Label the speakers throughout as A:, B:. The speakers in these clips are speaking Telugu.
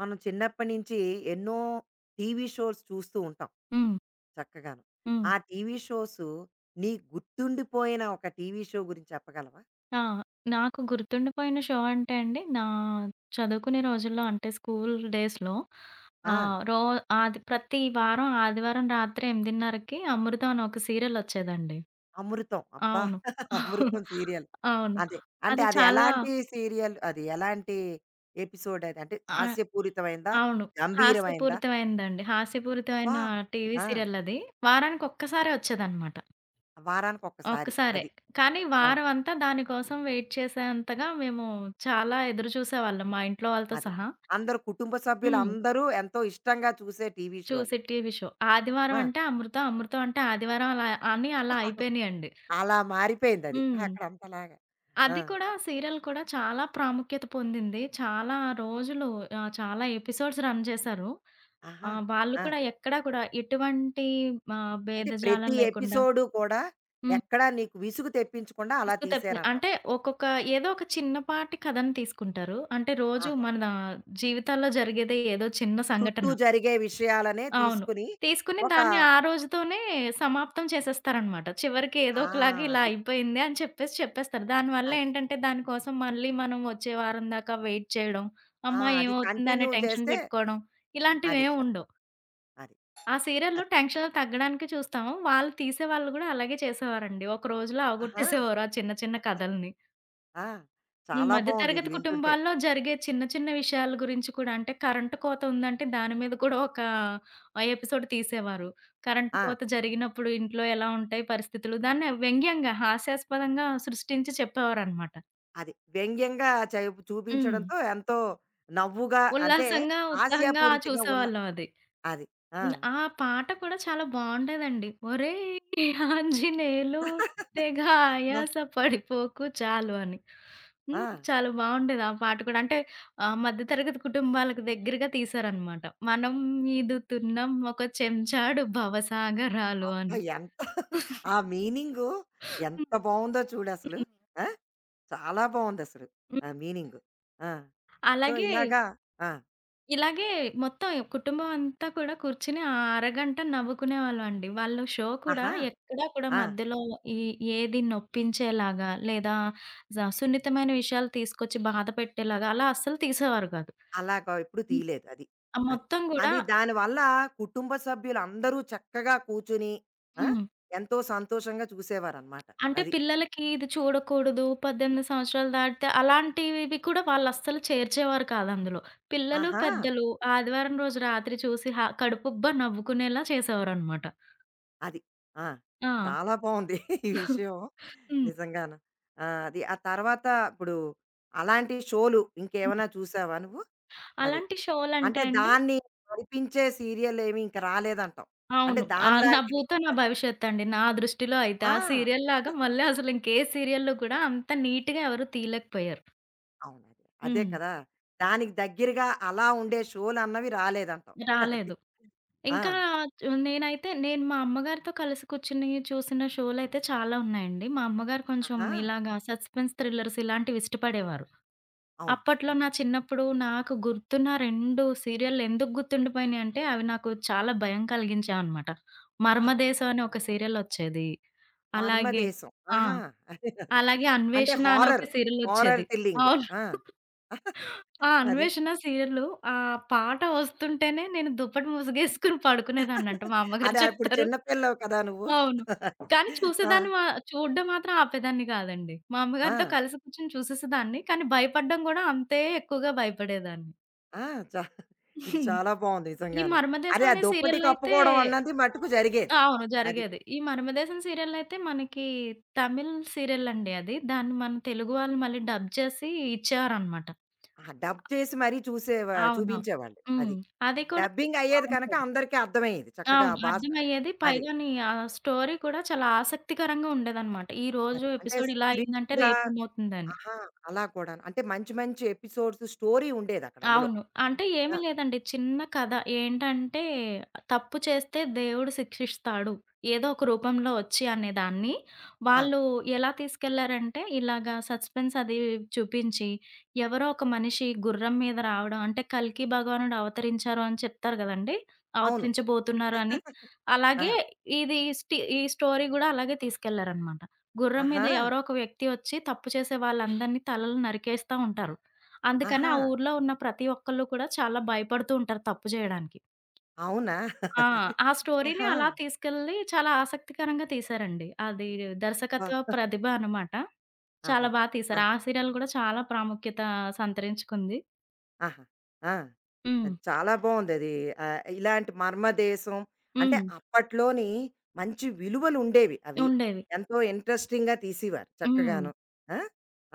A: మనం చిన్నప్పటి నుంచి ఎన్నో టీవీ షోస్ చూస్తూ ఉంటాం
B: హ్మ్.
A: చక్కగాను.
B: హ్మ్.
A: ఆ టీవీ షోస్ నీ గుర్తుండిపోయిన ఒక టీవీ షో గురించి చెప్పగలవా?
B: ఆ! నాకు గుర్తుండిపోయిన షో అంటే అండి, నా చదువుకునే రోజుల్లో అంటే స్కూల్ డేస్‌లో
A: ఆ!
B: ఆహ్, రో ఆది ప్రతి వారం ఆదివారం రాత్రి 8:30కి 'అమృతం' అని ఒక సీరియల్ ఒచ్చేదండి.
A: 'అమృతం' అబ్బా!
B: అవును.
A: 'అమృతం' సీరియల్.
B: అవును.
A: అదే. అంటే
B: అది
A: అది
B: చాలా
A: ఎలాంటి సీరియల్? అది ఎలాంటి ఎపిసోడ్ అది? అంటే
B: ఆ!
A: హాస్యపూరితమైందా?
B: అవును.
A: గంభీరమైందా?
B: హాస్యపూరితమైనదండి.
A: అబ్బా!
B: హాస్యపూరితమైన టీవీ
A: ఆ!
B: సీరియల్ అది. వారానికి ఒక్కసారే ఒచ్చేదనమాట.
A: వారానికి ఒక్కసారి
B: ఒక్కసారే.
A: అది.
B: కానీ
A: అవును.
B: వారం అంతా దాని కోసం వెయిట్ చేసేంతగా మేము చాలా ఎదురు చూసేవాళ్ళం మా ఇంట్లో వాళ్ళతో
A: అది.
B: సహా.
A: అందరూ కుటుంబ
B: హ్మ్.
A: సభ్యులందరూ ఎంతో ఇష్టంగా చూసే టీవీ షో అది.
B: చూసే టీవీ షో.
A: ఆ!
B: అమృతం అంటే ఆదివారం అలా అని అలా అయిపోయినియండి.
A: అలా మారిపోయిందది.
B: హ్మ్.
A: అక్కడంతలాగా. ఆ!
B: అది కూడా సీరియల్ కూడా చాలా ప్రాముఖ్యత పొందింది. చాలా రోజులు చాలా ఎపిసోడ్స్ రన్ చేశారు.
A: ఆహా!
B: వాళ్ళు
A: ఆ!
B: కూడా ఎక్కడా కూడా ఎటువంటి
A: అంటే ప్రతి
B: భేదజాలం లేకుండా.
A: ఎపిసోడు కూడా
B: హ్మ్.
A: ఎక్కడా నీకు విసుగు తెప్పించకుండా అలా
B: ఇసుకతెప్పి
A: తీశారంటావు.
B: అంటే ఒక్కొక్క ఏదో ఒక చిన్నపాటి కథను తీసుకుంటారు. అంటే రోజు
A: ఆహా!
B: మన జీవితాల్లో జరిగేదే ఏదో చిన్న
A: చుట్టూ
B: సంఘటన.
A: జరిగే విషయాలనే
B: అవును.
A: తీసుకుని
B: తీసుకుని
A: ఒక
B: దాన్ని ఆ రోజుతోనే సమాప్తం చేసేస్తారనమాట. చివరికి ఏదో
A: ఆ!
B: ఒకలాగా ఇలా
A: అది.
B: అయిపోయింది అని చెప్పేస్తారు. దానివల్ల
A: అది.
B: ఏంటంటే దానికోసం మళ్ళీ మనం వచ్చే వారం దాకా వెయిట్ చేయడం,
A: ఆ!
B: అమ్మా!
A: అది
B: ఏమవుతుంది అనే
A: కంటిన్యూ
B: టెన్షన్
A: చేస్తే
B: పెట్టుకోవడం
A: అది
B: ఇలాంటివేమి
A: కరెక్ట్.
B: ఉండవు.
A: అది.
B: ఆ సీరియల్‌లో
A: అది.
B: టెన్షన్ తగ్గడానికి చూస్తాము. తీసేవాళ్ళు గూడా అలాగే చేసేవారండి. ఒక రోజులో
A: ఆహా!
B: అవగొట్టేసేవారు ఆ చిన్న చిన్న కథల్ని.
A: ఆ!
B: హ్మ్.
A: చాలా
B: మధ్య
A: బావుంది ఇది
B: తరగతి
A: వింటుంటే.
B: కుటుంబాల్లో జరిగే చిన్న చిన్న విషయాల గురించి కూడా అంటే కరెంటు కోత ఉందంటే దాని మీద కూడా ఒక ఎపిసోడ్ తీసేవారు. కరెంటు
A: ఆ!
B: కోత జరిగినప్పుడు ఇంట్లో ఎలా ఉంటాయి పరిస్థితులు దాన్ని వ్యంగ్యంగా, హాస్యాస్పదంగా సృష్టించి చెప్పేవారనమాట.
A: అది. వ్యంగ్యంగా చెపు
B: హ్మ్.
A: చూపించడంతో ఎంతో నవ్వుగా అంటే
B: ఉల్లాసంగా, ఉత్సాహంగా
A: హాస్యపూరితంగా ఉన్న
B: చూసేవాళ్ళం అది.
A: అది. ఆ!
B: హ్మ్. ఆ పాట కూడా చాలా బావుండేదండి. ఒరేయ్ ఆంజనేయులు తెగ
A: ఆ!
B: ఆయాస పడిపోకు చాలు అని.
A: ఆ!
B: హ్మ్. చాలా బావుండేది ఆ పాట కూడా. అంటే మధ్య తరగతి కుటుంబాలకు దగ్గరగా తీశారనమాట. మనం ఈదుతున్నాం ఒక చెంచాడు భవసాగరాలు
A: అబ్బా!
B: అని.
A: ఎంత ఆ మీనింగు
B: హ్మ్.
A: ఎంత బావుందో చూడసలు.
B: హ్మ్.
A: ఆ! చాలా బావుందసలు. ఆ
B: హ్మ్.
A: మీనింగు. ఆ! మీనింగ్. సో,
B: అలాగే
A: ఇలాగా ఆ!
B: ఇలాగే మొత్తం కుటుంబం అంతా కూడా కూర్చొని ఆ అరగంట నవ్వుకునేవాళ్ళమండి. వాళ్ళు షో కూడా
A: ఆహా!
B: ఎక్కడా కూడా
A: ఆ!
B: మధ్యలో ఈ ఏది నొప్పించేలాగా, లేదా సున్నితమైన విషయాలు తీసుకొచ్చి బాధ పెట్టేలాగా అలా అస్సలు తీసేవారు కాదు.
A: అలాగా ఎప్పుడు
B: హ్మ్.
A: తీయలేదు అది.
B: ఆ
A: అది.
B: మొత్తం గూడా
A: అది దానివల్ల కుటుంబ సభ్యులందరూ చక్కగా కూర్చొని ఆ!
B: హ్మ్.
A: ఎంతో సంతోషంగా చూసేవారనమాట.
B: అంటే
A: అది.
B: పిల్లలకి ఇది చూడకూడదు, 18 సంవత్సరాలు దాటితే అలాంటివి కూడా వాళ్ళస్సలు చేర్చేవారు కాదు అందులో. పిల్లలు,
A: ఆహా!
B: పెద్దలు ఆదివారం రోజు రాత్రి చూసి హ కడుపుబ్బా నవ్వుకునేలా చేసేవారనమాట.
A: అది. ఆ!
B: ఆ!
A: చాలా బావుంది ఈ విషయం
B: హ్మ్.
A: నిజంగాను. ఆ! అది. ఆ తర్వాత ఇప్పుడు అలాంటి షోలు ఇంకేమైనా చూసావా నువ్వు? అది.
B: అలాంటి
A: అంటే
B: షోలంటే అండి
A: దాన్ని నడిపించే సీరియలేమి ఇంక రాలేదంటావు. అంటే
B: అవును. నా
A: దానిలాంటివి.
B: భూతో నా
A: అది.
B: భవిష్యత్తండి. నా దృష్టిలో అయితే.
A: ఆ!
B: ఆ సీరియల్‌లాగా మళ్ళీ అసలు ఇంకే సీరియల్‌లో కూడా అంత నీట్‌గా ఎవరు తీయలేకపోయారు.
A: అవునదే. అదే అదే
B: హ్మ్.
A: కదా! దానికి దగ్గరగా అలా ఉండే షోలన్నవి రాలేదంటావు. అది.
B: రాలేదు.
A: ఆ!
B: ఇంకా నేను మా అమ్మగారితో కలిసి కూర్చొని చూసిన షోలయితే చాలా ఉన్నాయండి. మా అమ్మగారు కొంచెం
A: ఆహా!
B: ఇలాగా సస్పెన్స్ థ్రిల్లర్స్ ఇలాంటివి ఇష్టపడేవారు.
A: అవును.
B: అప్పట్లో
A: అదే.
B: నా
A: అదే.
B: చిన్నప్పుడు నాకు గుర్తున్న 2 సీరియల్లు ఎందుకు గుర్తుండిపోయినియంటే, అవి నాకు చాలా భయం కలిగించాయనమాట.
A: ఆహాహా!
B: 'మర్మదేశం' అని ఒక సీరియలొచ్చేది. అలాగే
A: 'మర్మదేశం.'
B: ఆ!
A: ఆహా! అదే. అదే.
B: అలాగే
A: అంటే
B: 'అన్వేషణ' అని ఒక
A: హారర్.
B: సీరియలొచ్చేది.
A: Horror thrilling.
B: అవును.
A: ఆ!
B: ఆ!
A: అది.
B: 'అన్వేషణ' సీరియల్లు ఆ పాట వస్తుంటేనే నేను దుప్పటి ముసుగేసుకొని పడుకునేదాన్నంట. మా అమ్మగారు
A: అదే అప్పుడు
B: చెప్తారు.
A: చిన్న పిల్లవు కదా నువ్వు.
B: అవును. కానీ
A: ఆ!
B: చూసేదాన్ని మా చూడడం మాత్రం ఆపేదాన్ని కాదండి. మా అమ్మగారితో
A: ఆ!
B: కలిసి కూర్చొని చూసేసేదాన్ని. కానీ భయపడడం గూడా అంతే ఎక్కువగా భయపడేదాన్ని.
A: ఆ! చా ఇది
B: హ్మ్.
A: చాలా బావుంది
B: ఈ
A: నిజంగాను. అదే
B: 'మర్మదేశం'
A: ఆ
B: అనే
A: దుప్పటి
B: సీరియల్‌లో అయితే
A: కప్పుకోవడం అన్నది మట్టుకు జరిగేది.
B: అవును.
A: అది.
B: జరిగేది. ఈ 'మర్మదేశం' సీరియల్‌లో అయితే మనకి తమిళ్ సీరియల్ అండి అది. దాన్ని మన తెలుగు వాళ్ళు మళ్ళీ డబ్ చేసి ఇచ్చేవారనమాట.
A: ఆ! డబ్ చేసి మరీ చూసేవా
B: అవును.
A: చూపించేవాళ్ళు. అది.
B: హ్మ్. అది కూడా
A: డబ్బింగ్ అయ్యేది కనుక
B: బావుండేది.
A: అందరికీ అర్థమయ్యేది చక్కగా ఆ
B: అవును.
A: భాష.
B: అర్థమయ్యేది.
A: అది.
B: పైగాని ఆ స్టోరీ కూడా చాలా ఆసక్తికరంగా ఉండేదనమాట. ఈరోజు
A: అది. అంటే
B: ఎపిసోడ్ ఇలా అయిందంటే
A: స్త్రీగా
B: రేపేమవుతుందని.
A: ఆహా! అలా కూడాను. అంటే మంచి మంచి ఎపిసోడ్స్ స్టోరీ ఉండేదక్కడ అందులో.
B: అవును. అంటే
A: ఆ!
B: ఏమి లేదండి. చిన్న కథ. ఏంటంటే తప్పు చేస్తే దేవుడు శిక్షిస్తాడు. ఏదో ఒక రూపంలో వచ్చి అనేదాన్ని.
A: ఆ!
B: వాళ్ళు ఎలా తీసుకెళ్లారంటే ఇలాగా సస్పెన్స్ అది చూపించి, ఎవరో ఒక మనిషి గుర్రం మీద రావడం అంటే కల్కి భగవానుడు అవతరించారు అని చెప్తారు గదండీ!
A: అవును.
B: అవతరించబోతున్నారు అని.
A: ఆ!
B: అలాగే ఇది స్టి ఈ స్టోరీ గూడా అలాగే తీసుకెళ్లారన్నమాట. గుర్రం మీద
A: ఆహా!
B: ఎవరో ఒక వ్యక్తి వచ్చి తప్పు చేసే వాళ్ళందరిని తలలు నరికేస్తా ఉంటారు. అందుకని
A: ఆహా!
B: ఆ ఊర్లో ఉన్న ప్రతి ఒక్కళ్ళు కూడా చాలా భయపడుతూ ఉంటారు తప్పు చేయడానికి.
A: అవునా!
B: ఆ!
A: అది.
B: ఆ స్టోరీని
A: ఆహా!
B: అలా తీసుకెళ్ళి చాలా ఆసక్తికరంగా తీశారండి. అది
A: అబ్బా!
B: దర్శకత్వ ప్రతిభ అనమాట.
A: ఆహా!
B: చాలా బా
A: ఆ!
B: తీశారు. ఆ సీరియల్ కూడా చాలా ప్రాముఖ్యత సంతరించుకుంది.
A: ఆహా! ఆ!
B: హ్మ్.
A: అది చాలా బావుందది. ఆహ్, ఇలాంటి మర్మదేశం అంటే
B: హ్మ్.
A: అప్పట్లోని మంచి విలువలుండేవి అవి.
B: ఉండేవి.
A: ఎంతో ఇంట్రెస్టింగ్‌గా తీసేవారు
B: హ్మ్.
A: చక్కగాను. ఆ!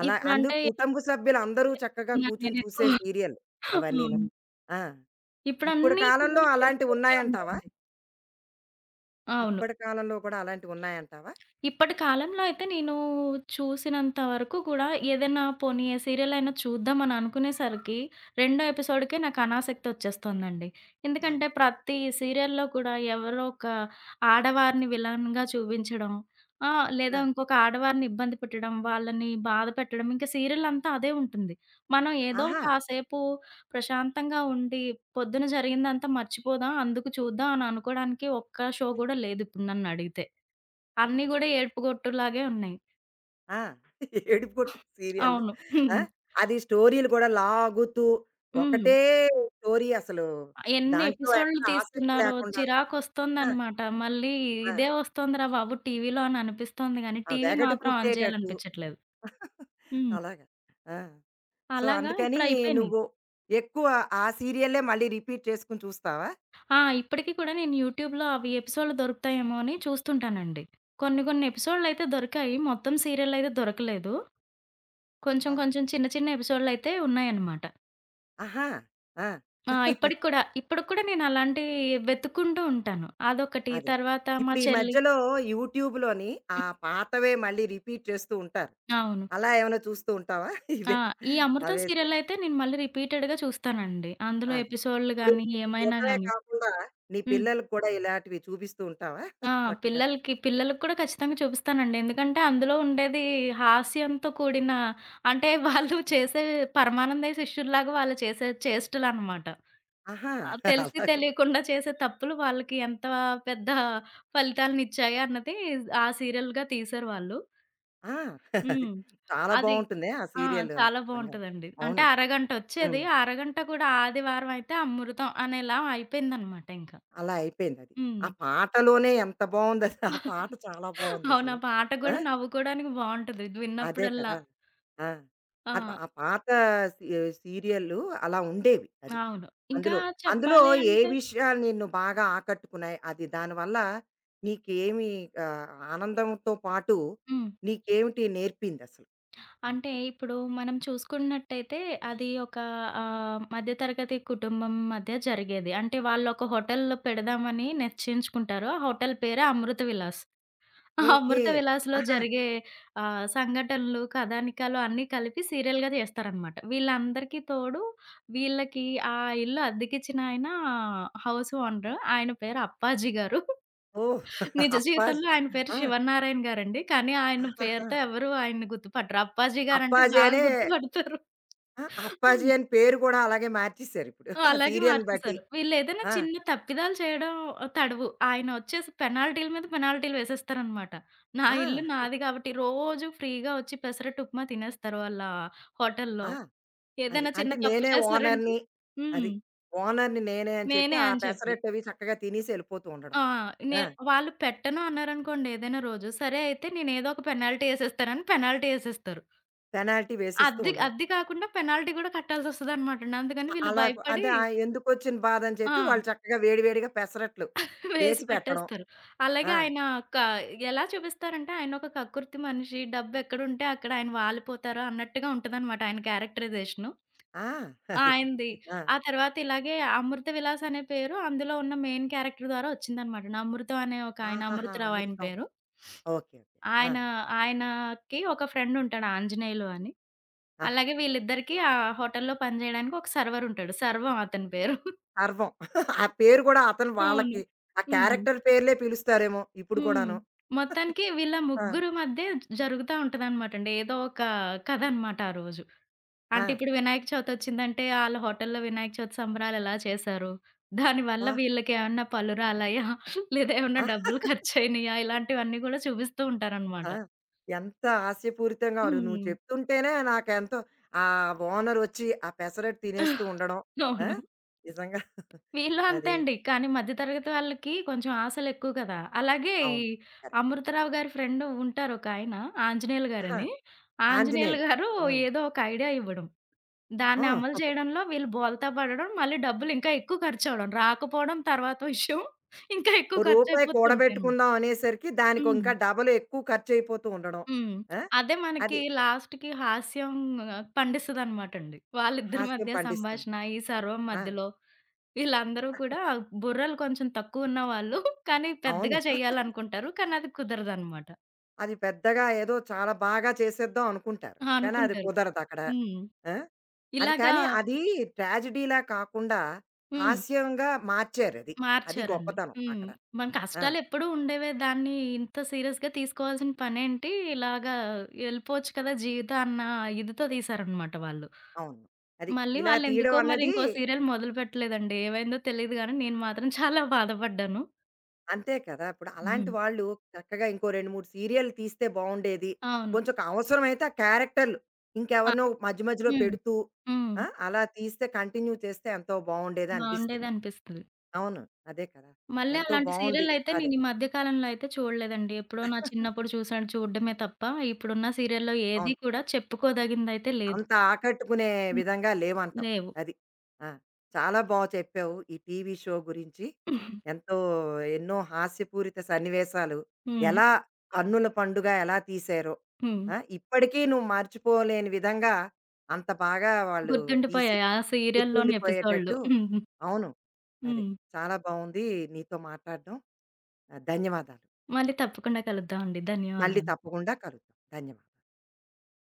A: అలా అందరూ
B: ఇప్పుడంటే
A: కుటుంబ సభ్యులందరూ
B: సీరియల్లే
A: చక్కగా
B: చూస్తున్నాను
A: కూర్చొని చూసే
B: నేనెక్కువ.
A: సీరియల్
B: అవును.
A: అవన్నీను. ఆ! ఇప్పుడు
B: ఇప్పుడన్నీ కూడా
A: కాలంలో
B: ఏడుపుతోనే
A: అలాంటివున్నాయంటావా?
B: ఉన్నాయండి. అవును.
A: ఇప్పటి కాలంలో కూడా అలాంటివున్నాయంటావా?
B: ఇప్పటి కాలంలో అయితే నేను చూసినంత వరకు కూడా ఏదైనా పోనీ ఏ సీరియల్ అయినా చూద్దాం అని అనుకునేసరికి రెండో ఎపిసోడ్‌కే నాకు అనాసక్తి వచ్చేస్తుందండి.
A: అవును.
B: ఎందుకంటే ప్రతి సీరియల్‌లో కూడా ఎవరో ఒక ఆడవారిని విలన్‌గా చూపించడం,
A: ఆ!
B: లేదా
A: ఆ.
B: ఇంకొక ఆడవారిని ఇబ్బంది పెట్టడం, వాళ్ళని బాధ పెట్టడం ఇంకా సీరియల్ అంతా అదే ఉంటుంది. మనం ఏదో
A: ఆహా!
B: కాసేపు ప్రశాంతంగా ఉండి పొద్దున జరిగిందంతా మర్చిపోదాం, అందుకు చూద్దాం అని అనుకోవడానికి ఒక్క షో గూడా లేదు ఇప్పుడు నన్ను అడిగితే. అన్నీ గూడా ఏడుపుగొట్టులాగే ఉన్నాయి.
A: ఆ! ఏడుపుగొట్టు సీరియల్.
B: అవును.
A: ఆ!
B: హ్మ్.
A: అది స్టోరీలు కూడా లాగుతూ
B: హ్మ్.
A: ఒకటే స్టోరీ అసలు.
B: ఎన్ని
A: దాంట్లో
B: ఎపిసోడ్‌లు
A: ఎక్కడ ఆసక్తి
B: తీస్తున్నారో
A: లేకుండాను. ఆ!
B: చిరాకొస్తుందనమాట. మళ్ళీ
A: ఆ!
B: ఇదే వస్తోందిరా బాబు టీవీలో అని అనిపిస్తోంది గానీ,
A: ఆ!
B: టీవీ
A: వెగటు
B: మాత్రం ఆన్
A: పుట్టేటట్టు
B: చేయాలనిపించట్లేదు. హ్మ్.
A: అలాగా. ఆ! సో,
B: అలాగా
A: అందుకని
B: ఇప్పుడయిపోయినియి.
A: నువ్వు ఎక్కువ ఆ సీరియలే మళ్ళీ రిపీట్ చేసుకొని చూస్తావా?
B: ఆ! ఇప్పటికి కూడా నేను యూట్యూబ్‌లో అవి ఎపిసోడ్‌లు దొరుకుతాయేమో అని చూస్తుంటానండి. కొన్ని కొన్ని ఎపిసోడ్‌లయితే దొరికాయి. మొత్తం సీరియల్ అయితే దొరకలేదు. కొంచెం
A: ఆ!
B: కొంచెం చిన్న చిన్న ఎపిసోడ్‌లయితే ఉన్నాయన్నమాట.
A: ఆహా! ఆ!
B: ఆ! ఇప్పటికి కూడా. ఇప్పటికి కూడా నేను అలాంటివి వెతుక్కుంటూ ఉంటాను. అదొకటి.
A: అదే.
B: తర్వాత మా
A: ఇప్పుడు ఈ
B: చెల్లి
A: మధ్యలో యూట్యూబ్‌లోని ఆ
B: హ్మ్.
A: పాతవే మళ్ళీ రిపీట్ చేస్తూ ఉంటారు.
B: అవును.
A: అలా ఏమైనా చూస్తూ ఉంటావా?
B: ఆ!
A: ఇవే
B: ఈ 'అమృతం'
A: అవే
B: సీరియల్
A: సీరియల్స్.
B: అయితే నేను మళ్ళీ రిపీటెడ్‌గా చూస్తానండి. అందులో
A: అదే.
B: ఎపిసోడ్‌లు
A: ఇప్పుడు
B: గాని,
A: నువ్వు
B: ఏమైనా
A: చూడటమే
B: గాని.
A: కాకుండా నీ
B: హ్మ్.
A: పిల్లలకి కూడా ఇలాంటివి చూపిస్తూ ఉంటావా?
B: ఆ!
A: చక్కగా.
B: పిల్లలకి పిల్లలకి కూడా ఖచ్చితంగా చూపిస్తానండి. ఎందుకంటే అందులో ఉండేది హాస్యంతో కూడిన అంటే వాళ్ళు చేసే పరమానందయ్య శిష్యుల్లాగా వాళ్ళు చేసే చేష్టలనమాట.
A: ఆహా!
B: ఆ! తెలిసి
A: అలాగ
B: తెలియకుండా చేసే తప్పులు వాళ్ళకి ఎంత పెద్ద ఫలితాలనిచ్చాయి అన్నది ఆ సీరియల్‌గా తీశారు వాళ్ళు.
A: ఆ! అది.
B: హ్మ్.
A: చాలా
B: అది
A: బావుంటుందే ఆ
B: ఆ!
A: సీరియల్ అది
B: చాలా
A: నిజంగా.
B: బావుంటదండి. అంటే
A: అవును.
B: అరగంటొచ్చేది.
A: హ్మ్.
B: ఆ అరగంట కూడా ఆదివారం అయితే అమృతం అనేలా అయిపోయిందనమాట ఇంకా.
A: అలా అయిపోయిందది.
B: హ్మ్.
A: ఆ పాటలోనే ఎంత బావుందది. ఆ పాట చాలా
B: అవును.
A: బావుందసలు.
B: ఆ పాట
A: ఆ!
B: కూడా నవ్వుకోవడానికి బావుంటది.
A: అదే
B: విన్నప్పుడల్లా.
A: కదా! ఆ! అట్లా
B: ఆ!
A: ఆ పాత సీ సీరియల్లు అలా ఉండేవి. అది.
B: అవును. ఇంకా
A: అందులో అందులో
B: చెప్పాలి
A: ఏ
B: అంటే
A: విషయాలు నిన్ను బాగా ఆకట్టుకున్నాయి? అది దానివల్ల నీకేమి ఆహ్, ఆనందంతో పాటు
B: హ్మ్.
A: నీకేమిటి నేర్పిందసలు? అది.
B: అంటే ఇప్పుడు మనం చూసుకున్నట్టయితే అది ఒక మధ్య తరగతి కుటుంబం మధ్య జరిగేది. అంటే వాళ్ళొక హోటల్ పెడదామని నిశ్చయించుకుంటారు. ఆ హోటల్ పేరే అమృత విలాస్. ఆ
A: ఓకే.
B: అమృత విలాస్‌లో
A: ఆహా!
B: జరిగే సంఘటనలు, కథానికాలు అన్నీ కలిపి సీరియల్‌గా చేస్తారనమాట. వీళ్ళందరికీ తోడు వీళ్ళకి ఆ ఇల్లు అద్దెకిచ్చిన ఆయన హౌస్ ఓనర్. ఆయన పేరు అప్పాజీ గారు.
A: ఓహ్!
B: నిజ
A: అప్పాజీ.
B: జీవితంలో ఆయన పేరు
A: ఆ!
B: శివన్నారాయణ గారండి. కానీ, ఆయన
A: ఆహాహా!
B: పేరుతో ఎవరు ఆయన్ని గుర్తుపట్టరు. అప్పాజీ గారంటే
A: అప్పాజీ
B: బాగా
A: అనే
B: గుర్తుపడతారు.
A: ఆ! అప్పాజీ
B: హ్మ్.
A: అని పేరు కూడా అలాగే మార్చేసారిప్పుడు. ఆ
B: అలాగే
A: సీరియల్‌ని బట్టి.
B: మార్చేసారు. వీళ్ళేదైనా
A: ఆ!
B: చిన్న తప్పిదాలు చేయడం తడవు. ఆయన వచ్చేసి పెనాల్టీల మీద పెనాల్టీలు వేసేస్తారనమాట. నా
A: ఆ!
B: ఇల్లు నాది కాబట్టి రోజు ఫ్రీగా వచ్చి పెసరట్టు ఉప్మా తినేస్తారు వాళ్ళ హోటల్‌లో.
A: ఆ! అది.
B: ఏదైనా చిన్న
A: అంటే
B: తప్పు
A: నేనే
B: చేశారంటే
A: ఓనర్‌ని.
B: హ్మ్.
A: అది. ఓనర్‌ని నేనే అని చెప్పి
B: నేనే
A: ఆ
B: అని చెప్పి.
A: పెసరట్టవి చక్కగా తినేసి ఎళ్ళిపోతూ ఉండడం.
B: ఆ! నే
A: ఆ!
B: వాళ్ళు పెట్టను అన్నారనుకోండి ఏదైనా రోజు, సరే అయితే నేనేదో ఒక పెనాల్టీ ఏసేస్తానని పెనాల్టీ ఏసేస్తారు.
A: పెనాల్టీ వేసేస్తూ
B: అద్ది
A: ఉండడం.
B: అద్ది కాకుండా పెనాల్టీ కూడా కట్టాల్సొస్తదనమాటండి. అందుకని వీళ్ళు భయపడి
A: అంటే ఆ ఎందుకొచ్చిన బాధ అని
B: ఆ!
A: చెప్పి వాళ్ళు చక్కగా వేడివేడిగా పెసరట్లు
B: వేసి
A: వేసి పెట్టడం.
B: పెట్టేస్తారు. అలాగే
A: ఆ!
B: ఆయన క ఎలా చూపిస్తారంటే ఆయనొక కక్కుర్తి మనిషి, డబ్బెక్కడుంటే అక్కడ ఆయన వాలిపోతారు అన్నట్టుగా ఉంటదనమాట ఆయన క్యారెక్టరైజేషను.
A: ఆ! అది.
B: ఆయనది.
A: ఆ!
B: ఆ తర్వాత ఇలాగే 'అమృత విలాస్' అనే పేరు అందులో ఉన్న మెయిన్ క్యారెక్టర్ ద్వారా వచ్చిందనమాట. అమృతం అనే ఒక ఆయన
A: ఆహాహా!
B: అమృతరావు ఆయన
A: అమృతం.
B: పేరు.
A: ఓకే. ఓకే. ఆ!
B: ఆయన ఆయనకి ఒక ఫ్రెండ్ ఉంటాడు ఆంజనేయులు అని.
A: ఆహా!
B: అలాగే వీళ్ళిద్దరికీ ఆ హోటల్‌లో పనిజేయడానికి ఒక సర్వర్ ఉంటాడు. సర్వం అతని పేరు.
A: సర్వం. ఆ పేరు గూడా అతను
B: అవును.
A: వాళ్ళకి ఆ
B: హ్మ్.
A: క్యారెక్టర్ పేర్లే పిలుస్తారేమో ఇప్పుడు
B: హ్మ్.
A: కూడాను.
B: మొత్తానికి వీళ్ళ
A: ఆ!
B: ముగ్గురు మధ్య జరుగుతా ఉంటదనమాటండి. ఏదో ఒక కథ అనమాట ఆ రోజు.
A: ఆ!
B: అంటే ఇప్పుడు వినాయక చవితొచ్చిందంటే ఆళ్ళ హోటల్‌లో వినాయక చవితి సంబరాలు ఎలా చేశారు? దానివల్ల
A: అబ్బా!
B: వీళ్ళకేమన్నా పలురాలయా? లేదా ఏమన్నా డబ్బులు ఖర్చయినియా? ఇలాంటివన్నీ గూడా చూపిస్తూ ఉంటారనమాట.
A: ఆ! ఎంత హాస్యపూరితంగా ఉంది. నువ్వు
B: హ్మ్.
A: చెప్తుంటేనే నాకెంతో ఆ ఓనరొచ్చి ఆ పెసరట్టు తినేస్తూ ఉండడం. ఆ!
B: అవును.
A: నిజంగా
B: వీళ్ళు అంతే
A: అది.
B: అండి. కానీ మధ్య తరగతి వాళ్ళకి కొంచెం ఆశలెక్కువ కదా! అలాగే ఈ
A: అవును. కరెక్టే.
B: అమృతరావు గారి ఫ్రెండ్ ఉంటారు ఒకాయన ఆంజనేయులు గారని. ఆంజనేయులు
A: ఆంజనేయులు.
B: గారు
A: హ్మ్.
B: ఏదో ఒక ఐడియా ఇవ్వడం.
A: ఆ!
B: దాన్ని అమలు చేయడంలో వీళ్ళు బోల్తా పడడం, మళ్ళీ డబ్బులు ఇంకా ఎక్కువ ఖర్చవడం. రాకపోవడం తర్వాత విషయం. ఇంకా
A: ఓ
B: ఎక్కువ
A: రూపాయి
B: ఖర్చయిపోతూ ఉంటాయన్నమాట.
A: కూడబెట్టుకుందాం అనేసరికి దానికి
B: హ్మ్.
A: ఇంకా డబల్ ఎక్కువ ఖర్చయిపోతూ ఉండడం.
B: హ్మ్.
A: ఆ!
B: అదే మనకి
A: అది
B: లాస్ట్‌కి హాస్యం పండిస్తదనమాటండి. వాళ్ళిద్దరి
A: హాస్యం
B: మధ్య
A: పండిస్తుంది.
B: సంభాషణ, ఈ సర్వం
A: ఆ!
B: మధ్యలో వీళ్ళందరూ కూడా బుర్రలు కొంచెం తక్కువున్న వాళ్ళు కానీ
A: అవును.
B: పెద్దగా చేయాలనుకుంటారు. కానీ అది కుదరదనమాట.
A: అది పెద్దగా ఏదో చాలా బాగా చేసేద్దాం అనుకుంటారు.
B: ఆ!
A: కానీ అది
B: అనుకుంటారు.
A: కుదరదక్కడ.
B: హ్మ్.
A: ఆ! అది
B: ఇలాగా
A: కానీ అది ట్రాజడీలా కాకుండా
B: హ్మ్.
A: హాస్యంగా మార్చారది. అది అది
B: మార్చారండి.
A: గొప్పతనం
B: హ్మ్.
A: అక్కడ.
B: మన
A: ఆ!
B: కష్టాలెప్పుడూ ఉండేవే. దాన్ని ఇంత సీరియస్‌గా తీసుకోవాల్సిన పనేంటి? ఇలాగా ఎళ్ళిపోవచ్చు కదా! జీవితం అన్న ఇదితో తీశారనమాట వాళ్ళు.
A: అవును. అది
B: మళ్ళీ
A: ఇలా తీయడం
B: వాళ్ళెందుకో మరి
A: అన్నది
B: ఇంకో సీరియల్ మొదలుపెట్టలేదండి. ఏమైందో తెలీదు గానీ, నేను మాత్రం చాలా బాధపడ్డాను.
A: అంతే కదా! ఇప్పుడు అలాంటి
B: హ్మ్.
A: వాళ్ళు చక్కగా ఇంకో 2, 3 సీరియల్ తీస్తే బావుండేది.
B: అవును.
A: కొంచెం అవసరమైతే ఆ క్యారెక్టర్‌లు
B: ఆ!
A: ఇంకెవరినో మధ్య మధ్యలో
B: హ్మ్.
A: పెడుతూ
B: హ్మ్.
A: ఆ! అలా తీస్తే కంటిన్యూ చేస్తే ఎంతో బావుండేదనిపిస్తుంది.
B: బావుండేదనిపిస్తది.
A: అవును. అదే కదా!
B: మళ్ళీ
A: ఎంతో
B: అలాంటి
A: బావుంది.
B: సీరియల్లయితే
A: అదే.
B: నేను ఈ మధ్య కాలంలో అయితే చూడలేదండి. ఎప్పుడో నా చిన్నప్పుడు చూడడమే తప్ప, ఇప్పుడున్న సీరియల్‌లో ఏది
A: అవును.
B: కూడా చెప్పుకోదగిందయితే లేదు.
A: అంత ఆకట్టుకునే
B: హ్మ్.
A: విధంగా లేవంటావు.
B: లేవు.
A: అది. ఆ! చాలా చెప్పావు. ఈ టీవీ షో గురించి ఎంతో ఎన్నో హాస్యపూరిత సన్నివేశాలు
B: హ్మ్.
A: ఎలా కన్నుల పండుగ ఎలా తీశారో,
B: హ్మ్.
A: ఆ! ఇప్పటికీ నువ్వు మర్చిపోలేని విధంగా అంత బాగా వాళ్ళు తీసి
B: గుర్తుండిపోయాయి ఆ సీరియల్‌లోని ఎపిసోడ్‌లు.
A: గుర్తుండిపోయేటట్టు అవును. అదే.
B: హ్మ్.
A: చాలా బావుంది నీతో మాట్లాడడం. ఆహ్, ధన్యవాదాలు.
B: మళ్ళీ తప్పకుండా కలుద్దామండి.
A: మళ్ళీ
B: ధన్యవాదాలు.
A: తప్పకుండా కలుద్దాం. ధన్యవాదాలు.